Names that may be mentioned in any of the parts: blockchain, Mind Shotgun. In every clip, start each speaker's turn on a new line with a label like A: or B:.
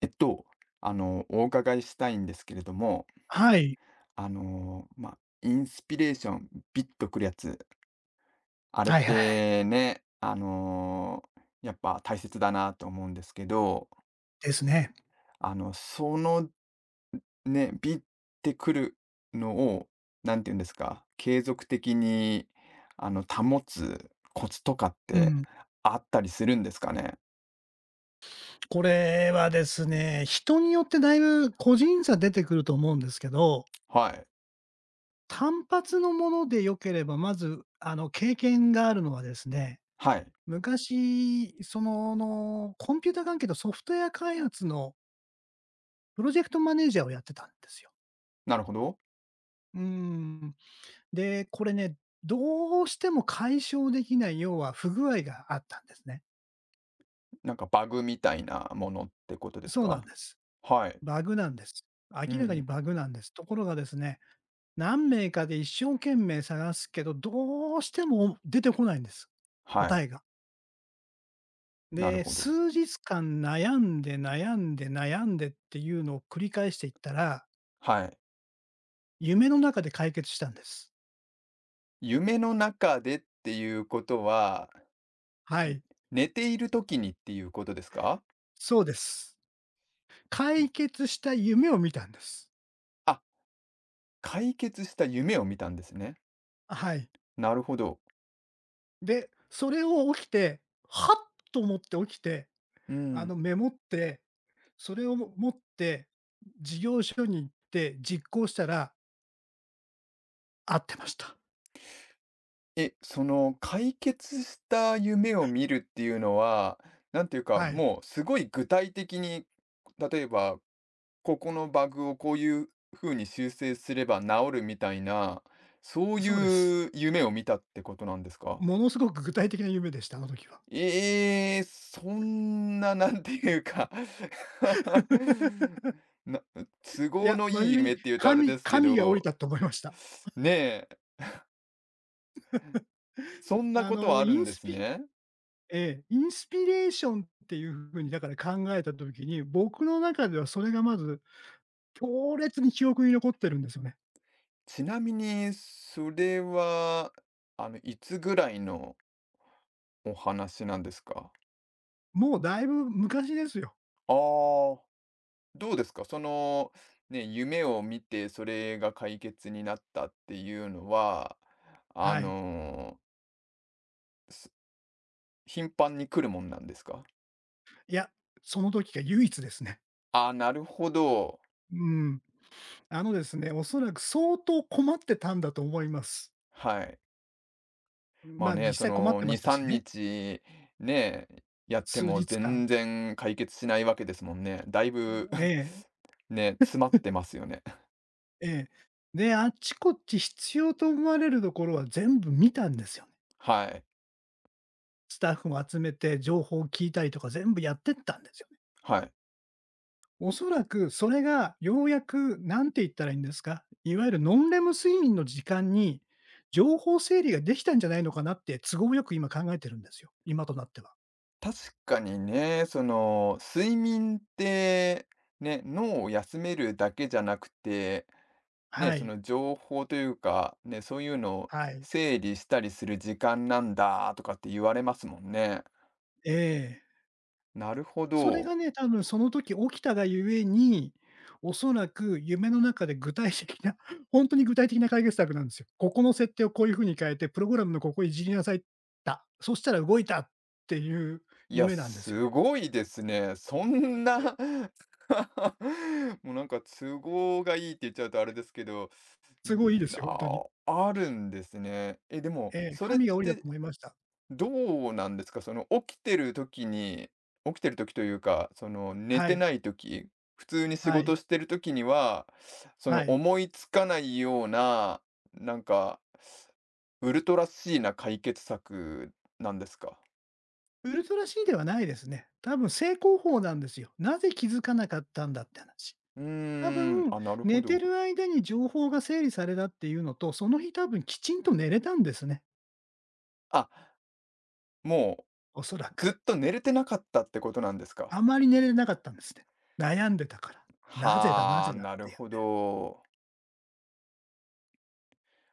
A: えっと、お伺いしたいんですけれども、
B: はい。
A: インスピレーション、ビッとくるやつ、あれっ
B: はいはいはい。
A: てね、やっぱ大切だなと思うんですけど、
B: ですね。
A: そのね、ビッてくるのを、なんて言うんですか、継続的に保つコツとかっ
B: う
A: て
B: ん。
A: あったりするんですかね？
B: これはですね、人によってだいぶ個人差出てくると思うんですけど、
A: はい。
B: 単発のもので良ければ、まず、経験があるのはですね、
A: はい。
B: 昔、コンピュータ関係のソフトウェア開発のプロジェクトマネージャーをやってたんですよ。
A: なるほど。
B: うーん。で、これね、どうしても解消できない、要は不具合があったんですね。
A: なんかバグみたいなものってことです
B: そうなん
A: か？
B: です。
A: はい。
B: バグなんです。
A: う
B: 明らかに
A: ん、
B: バグなんです。ところがですね、何名かで一生懸命探すけど、どうしても出てこないんです。
A: は
B: 答
A: い、
B: えが。
A: なる
B: で、
A: ほど。
B: 数日間悩んで悩んで悩んでっていうのを繰り返していったら、
A: はい。
B: 夢の中で解決したんです。
A: 夢の中でっていうことは、
B: は
A: ん
B: い。
A: 寝ている時にっていうことですか？
B: そうです。解決した夢を見たんです。
A: あ、解決した夢を見たんですね。
B: はい。
A: なるほど。
B: で、それを起きて、はっと思って起きて
A: うん。
B: メモって、それを持って事業所に行って実行したら合ってました。
A: え、その解決した夢を見るっていうのは、なんていうか、
B: はい、
A: もうすごい具体的に、例えば、ここのバグをこういう風に修正すれば治るみたいな、そう
B: そうです。
A: いう夢を見たってことなんですか？
B: ものすごく具体的な夢でした、あの時は。
A: ええ、そんな、なんていうか な都
B: い
A: 合
B: や、
A: の
B: 真
A: いい
B: 面目
A: 夢
B: に
A: っていうとあれ
B: 神
A: ですけ
B: 神が降り
A: ど、
B: たと思いました。
A: ねえ、そ んな
B: あ
A: ことは
B: の、
A: あ
B: イ
A: るん
B: ン
A: で
B: ス
A: す
B: ピ
A: ね。
B: えインスピレーションっていう風にだから考えた時に、僕の中ではそれがまず強烈に記憶に残ってるんですよね。
A: ちなみに、それは、いつぐらいのお話なんですか？
B: もうだいぶ昔ですよ。
A: ああー、どうですか？その、ね、夢を見て、それが解決になったっていうのは、あ
B: はい。
A: の、す頻繁に来るもんなんですか？
B: いや、その時が唯一ですね。
A: あ、なるほど。
B: うん。あのですね、おそらく相当困ってたんだと思います。
A: はい。ま
B: ま
A: あ
B: あ、実
A: ね、そ
B: 際困っ
A: の
B: てま
A: 2、
B: したし
A: 3
B: ね、
A: 日ね、やって
B: 数
A: も
B: 日間。
A: 全然解決しないわけですもんね。だいぶ
B: え
A: ね、詰まってますよね。
B: え、ええ。で、あっちこっち必要と思われるところは全部見たんですよね。
A: はい。
B: スタッフを集めて情報を聞いたりとか全部やってったんですよね。
A: はい。
B: おそらくそれがようやく、何て言ったらいいんですか、いわゆるノンレム睡眠の時間に、情報整理ができたんじゃないのかなって、都合よく今考えてるんですよ、今となっては。
A: 確かにね、その睡眠ってね、脳を休めるだけじゃなくて、ね、
B: は
A: そ
B: い、
A: の情報というか、ね、そういうのを
B: はい。
A: 整理したりする時間なんだとかって言われますもんね。
B: ええ。
A: なるほ
B: それが
A: ど。
B: ね、多分その時起きたがゆえに、おそらく夢の中で具体的な、ほんとに具体的な解決策なんですよ。ここの設定をこういう風に変えて、プログラムのここいじりなさいそしたら動いたっていう
A: いや、
B: 夢なんですよ
A: す
B: ね。
A: ごいですね。そん
B: え、
A: な もうなんか都合がいいって言っちゃうとあれですけど、
B: すごいいいですよ、ほんと
A: あ
B: に。
A: あ、るんですね。え、でも、
B: ええ、
A: それっ
B: 神が降りたと
A: て
B: 思いました。
A: どうなんですか？その起きてる時というか、その寝
B: は
A: て
B: い、
A: ない時、普通に仕
B: は
A: 事
B: い、
A: してる時には、その
B: はい。
A: 思いつかないような、なんか、ウルトラシーな解決策なんですか？
B: ウルトラ C ではないですね。多分正攻法なんですよ。なぜ気づかなかったんだって話。
A: う
B: 多
A: ーん、
B: 分、
A: あ、なるほ
B: 寝て
A: ど。
B: る間に情報が整理されたっていうのと、その日多分きちんと寝れたんですね、
A: あ、も
B: おそら
A: うずっ
B: く。
A: と寝れてなかったってことなんですか。
B: あまり寝れなかったんですね。悩んでたから。なぜだな
A: は
B: ぜ
A: あ、
B: だっ
A: なる
B: ていうん
A: ほ
B: で。
A: ど。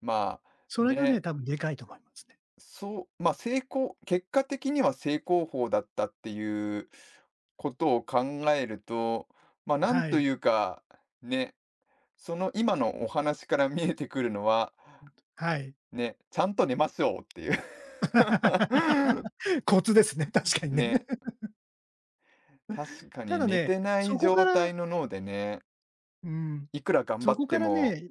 A: まあ、
B: それがね、
A: ね、
B: 多分でかいと思いますね。
A: そう、まあ、結果的には成功法だったっていうことを考えると、まあ、なん
B: は
A: と
B: い。
A: いうか、ね、その今のお話から見えてくるのは、
B: はい。
A: ね、ちゃんと寝ましょうっていう
B: コツですね、確かに
A: ね、
B: ね。
A: 確 か
B: た
A: に
B: だ
A: 寝
B: ね、
A: てない状態の脳でね、
B: うん、
A: いくら頑張
B: そ
A: っ
B: こか
A: て
B: ら
A: も、
B: ね、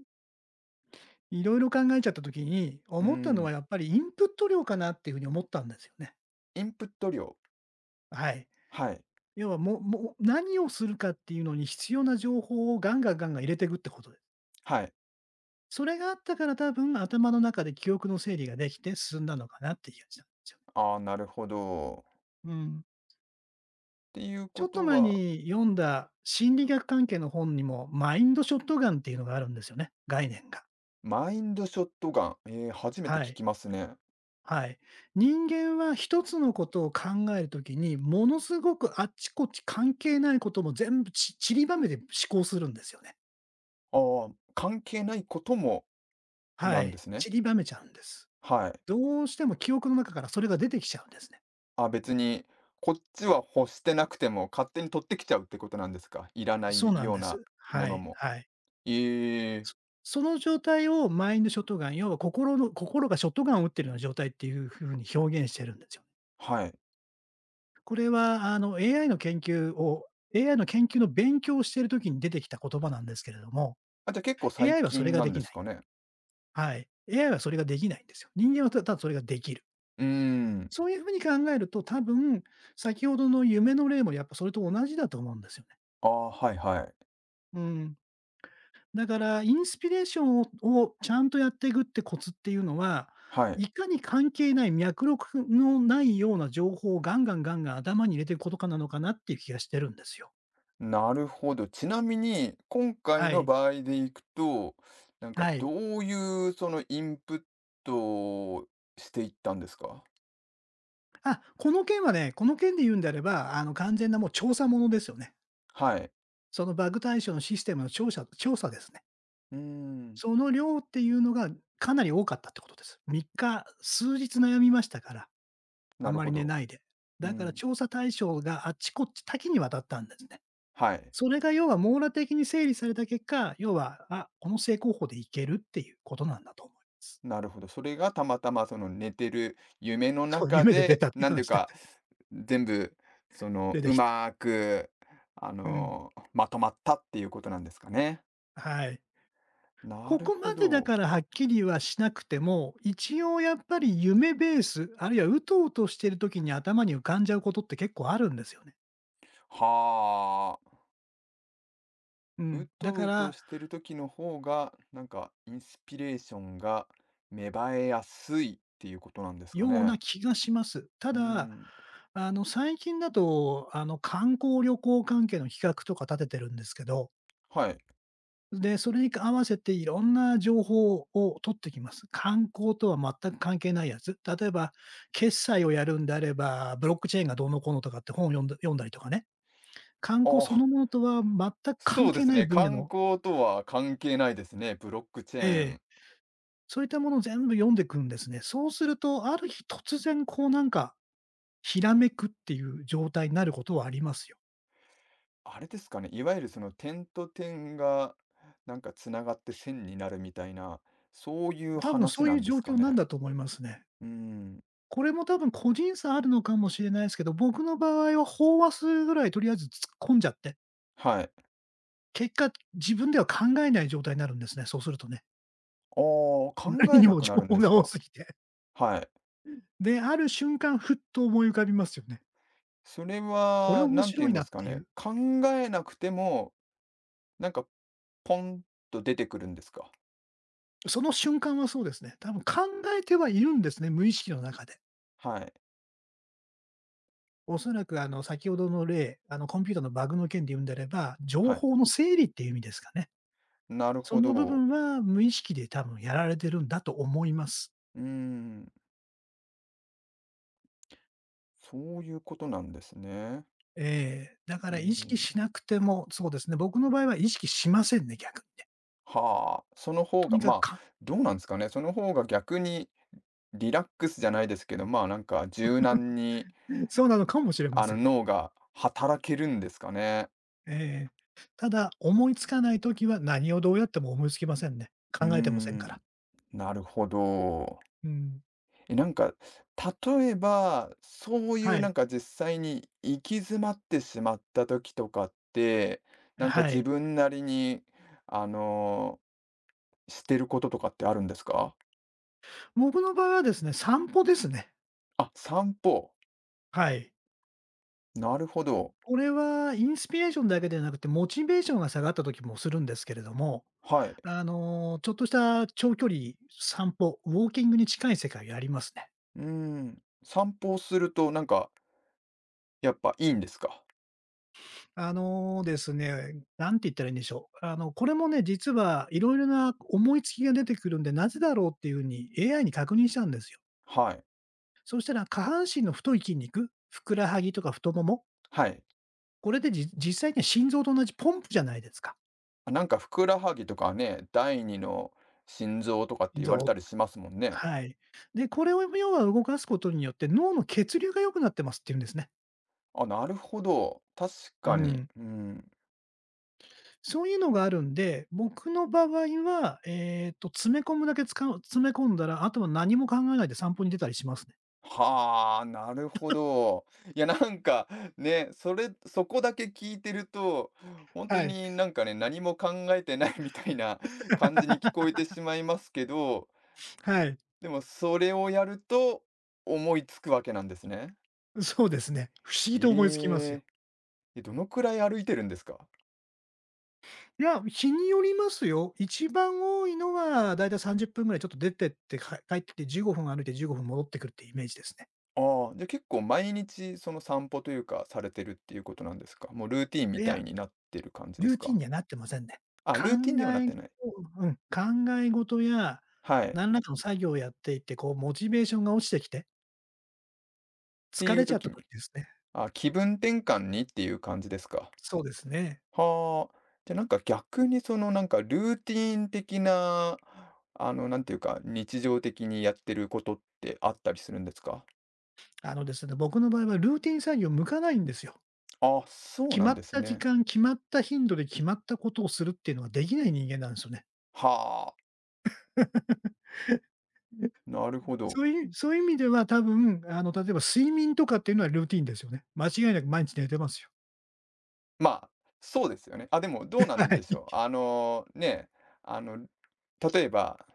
B: いろいろ考えちゃった時に、
A: う
B: 思ったのは
A: ん、
B: やっぱりインプット量かなっていう風に思ったんですよね。
A: インプット量。
B: はい。
A: はい。
B: 要は、もう何をするかっていうのに必要な情報をガンガンガンガン入れていくってことです。
A: はい。
B: それがあったから多分頭の中で記憶の整理ができて進んだのかなっていう感じなんですよね。
A: ああ、なるほど。っ
B: うん。
A: ていう
B: ちょ
A: こ
B: っと
A: と
B: 前
A: は、
B: に読んだ心理学関係の本にもマインドショットガンっていうのがあるんですよね、概念が。
A: マインドショットガン。初めて
B: は
A: 聞
B: い。
A: きますね。
B: はい。人間は一つのことを考えるときに、ものすごくあっちこっち関係ないことも全部散りばめて思考するんですよね。
A: ああ、関係ないことも
B: は
A: なんで
B: い。
A: すね。
B: 散りばめちゃうんです。
A: はい。
B: どうしても記憶の中からそれが出てきちゃうんですね。
A: あ、別に、こっちは欲してなくても勝手に取ってきちゃうってことなんですか？いらな
B: そう
A: い
B: なん
A: よう
B: で
A: な
B: す。
A: も
B: は
A: の
B: い、
A: も。
B: はい。
A: ええ、
B: そその状態をマインドショットガン、要は心の心がショットガンを打ってるような状態っていうふうに表現してるんですよね。
A: はい。
B: これはAI の研究の勉強をしているときに出てきた言葉なんですけれども、
A: あ、じゃ、結構最
B: AI はそれ
A: 近
B: が
A: な
B: で
A: んで
B: きな
A: す
B: い。
A: かね？
B: はい。AI はそれができないんですよ。人間はただそれができる。
A: うーん。
B: そういうふうに考えると、多分、先ほどの夢の例もやっぱそれと同じだと思うんですよね。
A: ああ、はいはい。
B: うん。だから、インスピレーションををちゃんとやっていくってコツっていうのは、
A: はい。
B: いかに関係ない脈絡のないような情報をガンガンガンガン頭に入れていくことかなのかなっていう気がしてるんですよ。
A: なるほど。ちなみに、今回
B: は
A: の
B: い。
A: 場合でいくと、なんか
B: はい。
A: どういうそのインプットをしていったんですか？
B: あ、この件はね、この件で言うんであれば、完全なもう調査ものですよね。
A: はい。
B: そのバグ対象のシステムの調査ですね。
A: うーん、
B: その量っていうのがかなり多かったってことです。3日、数日悩みましたから、あ
A: な
B: ん
A: る
B: ま
A: ほ
B: り寝
A: ど。
B: ないで。
A: う
B: だから
A: ん、
B: 調査対象があっちこっち多岐にわたったんですね。
A: はい。
B: それが要は網羅的に整理された結果、要は、あ、この正攻法でいけるっていうことなんだと思います。
A: なるほど。それがたまたまその寝てる夢 の
B: そう、
A: 中
B: 夢で出
A: で、
B: たっていう
A: なんていう
B: 話で
A: か、全部その
B: 出て
A: う
B: きた。
A: まーく、
B: うん。
A: まとまったっていうことなんですかね。
B: はい。
A: な
B: こ
A: る
B: こ
A: ほ
B: までだか
A: ど。
B: らはっきりはしなくても、一応やっぱり夢ベース、あるいはうとうとしてる時に頭に浮かんじゃうことって結構あるんですよね。
A: はあ。
B: う
A: う
B: ん。だ
A: と
B: か
A: うと
B: ら、
A: してる時の方が、なんかインスピレーションが芽生えやすいっていうことなんですか
B: よう
A: ね。
B: な気がします。た
A: うー
B: だ、
A: ん。
B: 最近だと、観光旅行関係の企画とか立ててるんですけど。
A: はい。
B: で、それに合わせていろんな情報を取ってきます。観光とは全く関係ないやつ。例えば、決済をやるんであれば、ブロックチェーンがどうのこうのとかって本を読んだりとかね。観光そ
A: あ、
B: のものとは全く関
A: そうで
B: 係
A: す
B: ない
A: ね。
B: 分野
A: 観
B: の
A: 光とは関係ないですね。ブロックチェ
B: え
A: ー
B: え、
A: ン。
B: そういったものを全部読んでいくんですね。そうすると、ある日突然こうなんか、ひらめくっていう状態になることはありますよ。
A: あれですかね。いわゆるその点と点がなんかつながって線になるみたいな、そういう
B: 多分そ
A: 話
B: う
A: な
B: いう
A: んで
B: 状
A: すか
B: 況なん
A: ね。
B: だと思いますね。
A: うーん。
B: これも多分個人差あるのかもしれないですけど、僕の場合は飽和するぐらいとりあえず突っ込んじゃって、
A: はい。
B: 結果、自分では考えない状態になるんですね、そうするとね。
A: ああ、考
B: あまり
A: え
B: に
A: な
B: も
A: く
B: 情
A: なるん
B: 報
A: です
B: が多す
A: か。
B: ぎて。
A: はい。
B: で、ある瞬間ふっと思い浮かびますよね。
A: それ
B: これ
A: は、
B: 面
A: なんて
B: 白
A: 言う
B: い
A: んで
B: なっ
A: すか
B: てい
A: ね、
B: う。
A: 考えなくても、なんかポンと出てくるんですか？
B: その瞬間はそうですね。多分考えてはいるんですね、無意識の中で。
A: はい、
B: おそらく先ほどの例、コンピューターのバグの件で言うんであれば、情
A: はい。
B: 報の整理っていう意味ですかね。
A: なる
B: そ
A: ほ
B: の部
A: ど。
B: 分は無意識で多分やられてるんだと思います。
A: うーん、そういうことなんですね。
B: ええ、だか
A: え
B: ら意識し
A: ー
B: なくても、そうですね、僕の場合は意識しませんね、逆にね。
A: はあ、その方
B: と
A: が、
B: にかく
A: まあ、
B: か
A: どうなんですかね、その方が逆にリラックスじゃないですけど、まあ、なんか柔軟に、
B: そうなのかもしれません。
A: 脳が働けるんですかね。
B: ええ。ただ、思いつかない時は何をどうやっても思いつきませんね。
A: うー
B: 考えてませんから。
A: ん、なるほど。
B: うん。
A: え、なんか、例えば、そうい
B: は
A: う
B: い。
A: なんか実際に行き詰まってしまった時とかって、なんか
B: は
A: 自
B: い。
A: 分なりに、あの、してることとかってあるんですか？
B: 僕の場合はですね、散歩ですね。
A: あ、散歩。
B: はい。
A: なるほど。
B: これはインスピレーションだけでなくて、モチベーションが下がった時もするんですけれども、
A: はい。
B: ちょっとした長距離散歩、ウォーキングに近い世界やりますね。
A: うーん。散歩をするとなんか、やっぱいいんですか？
B: あのですね、なんて言ったらいいんでしょう。あの、これもね、実はいろいろな思いつきが出てくるんで、なぜだろうっていうふうに AI に確認したんですよ。
A: はい。
B: そしたら下半身の太い筋肉、ふくらはぎとか太もも、
A: はい。
B: これで実際には心臓と同じポンプじゃないですか。
A: あ、なんかふくらはぎとかね、第二の心臓とかって
B: 心
A: 言われ
B: 臓、
A: たりしますもんね。
B: はい。で、これを要は動かすことによって脳の血流が良くなってますっていうんですね。
A: あ、なるほど。確
B: う
A: かに。
B: ん。
A: うん。
B: そういうのがあるんで、僕の場合は、詰め込んだら、あとは何も考えないで散歩に出たりしますね。
A: はあ、なるほど。いや、なんか、ね、そこだけ聞いてると、本当
B: はい。
A: になんかね、何も考えてないみたいな感じに聞 こえてしまいますけど、
B: はい。
A: でもそれをやると、思いつくわけなんですね。
B: そうですね。不思議と思いつきますよ。
A: ええ。え、どのくらい歩いてるんですか？
B: いや、日によりますよ。一番多いのはだいたい30分ぐらいちょっと出てって、帰ってきて15分歩いて15分戻ってくるってイメージですね。
A: ああ、じゃ、結構毎日その散歩というか、されてるっていうことなんですか？もうルーティンみ
B: い
A: た
B: や、
A: いになってる感じで
B: ル
A: す
B: ーティ
A: か？
B: ンにはなってませんね。
A: あ、
B: 考
A: ルーティンにはなっ
B: え
A: てない。
B: うん、考え事や
A: はい。っ
B: 何らかの作業をやっていて、こうモチベーションが落ちてきて、
A: て
B: 疲
A: い
B: れ
A: う
B: ちゃっ
A: 時
B: た
A: に、
B: 時ですね。
A: あ、気分転換にっていう感じですか。
B: そうですね。
A: はあ。じゃ、なんか逆にそのなんかルーティン的な、なんていうか、日常的にやってることってあったりするんですか？
B: あのですね、僕の場合はルーティン作業向かないんですよ。
A: あ、そう
B: 決
A: な
B: ま
A: ん
B: っ
A: です
B: た時
A: ね。
B: 間、決まった頻度で決まったことをするっていうのはできない人間なんですよね。
A: は あ、なるほど。
B: そういう意味では多分、あの、例えば睡眠とかっていうのはルーティンですよね。間違いなく毎日寝てますよ。
A: まあ、そうですよね。あ、でもどう なん
B: は
A: でし
B: い。
A: ょう。ね、あの、例えば、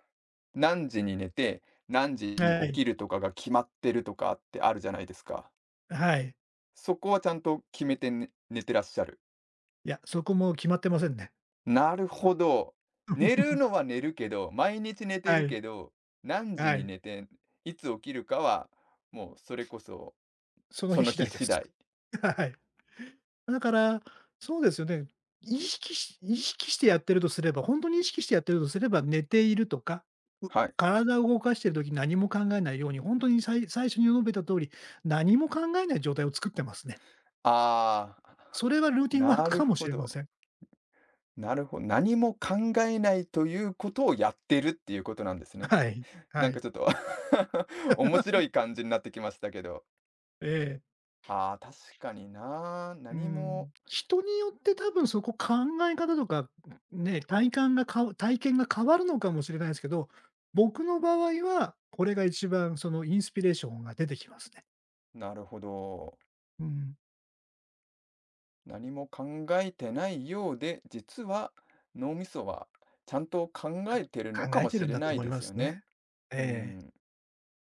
A: 何時に寝て、何時に
B: は
A: 起
B: い。
A: きるとかが決まってるとかってあるじゃないですか。
B: はい。
A: そこはちゃんと決めてね寝てらっしゃる？
B: いや、そこも決まってませんね。
A: なるほど。寝る のは寝るけど、毎日寝て
B: は
A: る
B: い。
A: けど、何時
B: は
A: に
B: い。
A: 寝て、いつ起きるかは、もうそれこそ、
B: その
A: そ
B: 日
A: の
B: 次
A: 日
B: 第で
A: 次
B: す。
A: 第。
B: はい。だから、そうですよね。意識してやってるとすれば、本当に意識してやってるとすれば、寝ているとか、う
A: はい。
B: 体を動かしている時何も考えないように、本当に最初に述べた通り、何も考えない状態を作ってますね。
A: ああ、
B: そ れはルーティンワー
A: な
B: ク
A: る
B: かもし
A: ほ
B: れま
A: ど。
B: せん。
A: なるほど、何も考えないということをやってるっていうことなんですね。
B: はい、
A: な
B: は
A: んか
B: い。
A: ちょっと 面白い感じになってきましたけど。
B: ええ。
A: ああ、確かにな。
B: う
A: 何
B: ん、
A: も、
B: 人によって多分そこ考え方とか、ね、体験が変わるのかもしれないですけど、僕の場合は、これが一番そのインスピレーションが出てきますね。
A: なるほど。
B: うん。
A: 何も考えてないようで、実は脳みそはちゃんと考
B: か
A: えてるの
B: 考
A: か
B: え
A: も
B: てる
A: し
B: ん
A: れ
B: だと
A: ない
B: 思い
A: で
B: ま
A: すよ
B: すね。
A: ね。う
B: ええ。
A: ん、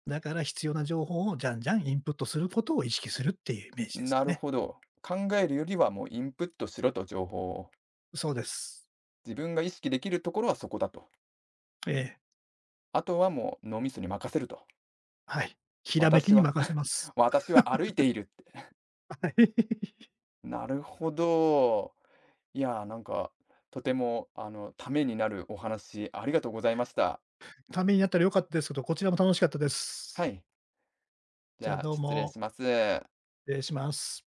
B: だから必要な情報をじゃんじゃんインプットすることを意識するっていうイメージですか
A: なる
B: ね。
A: ほど。考えるよりはもうインプットしろと情報を。
B: そうです。
A: 自分が意識できるところはそこだと。
B: ええ、
A: あとはもう脳みそに任せると。
B: はい。ひらめき
A: 私
B: に
A: は
B: 任せます。
A: 私は歩いているって。
B: はい。
A: なるほど。いやー、なんか、とても、ためになるお話、ありがとうございました。
B: ためになったら良かったですけど、こちらも楽しかったで
A: は
B: す。
A: い。じ
B: じゃあ
A: ゃあ、
B: どう
A: 失礼
B: も、
A: します。
B: 失礼します。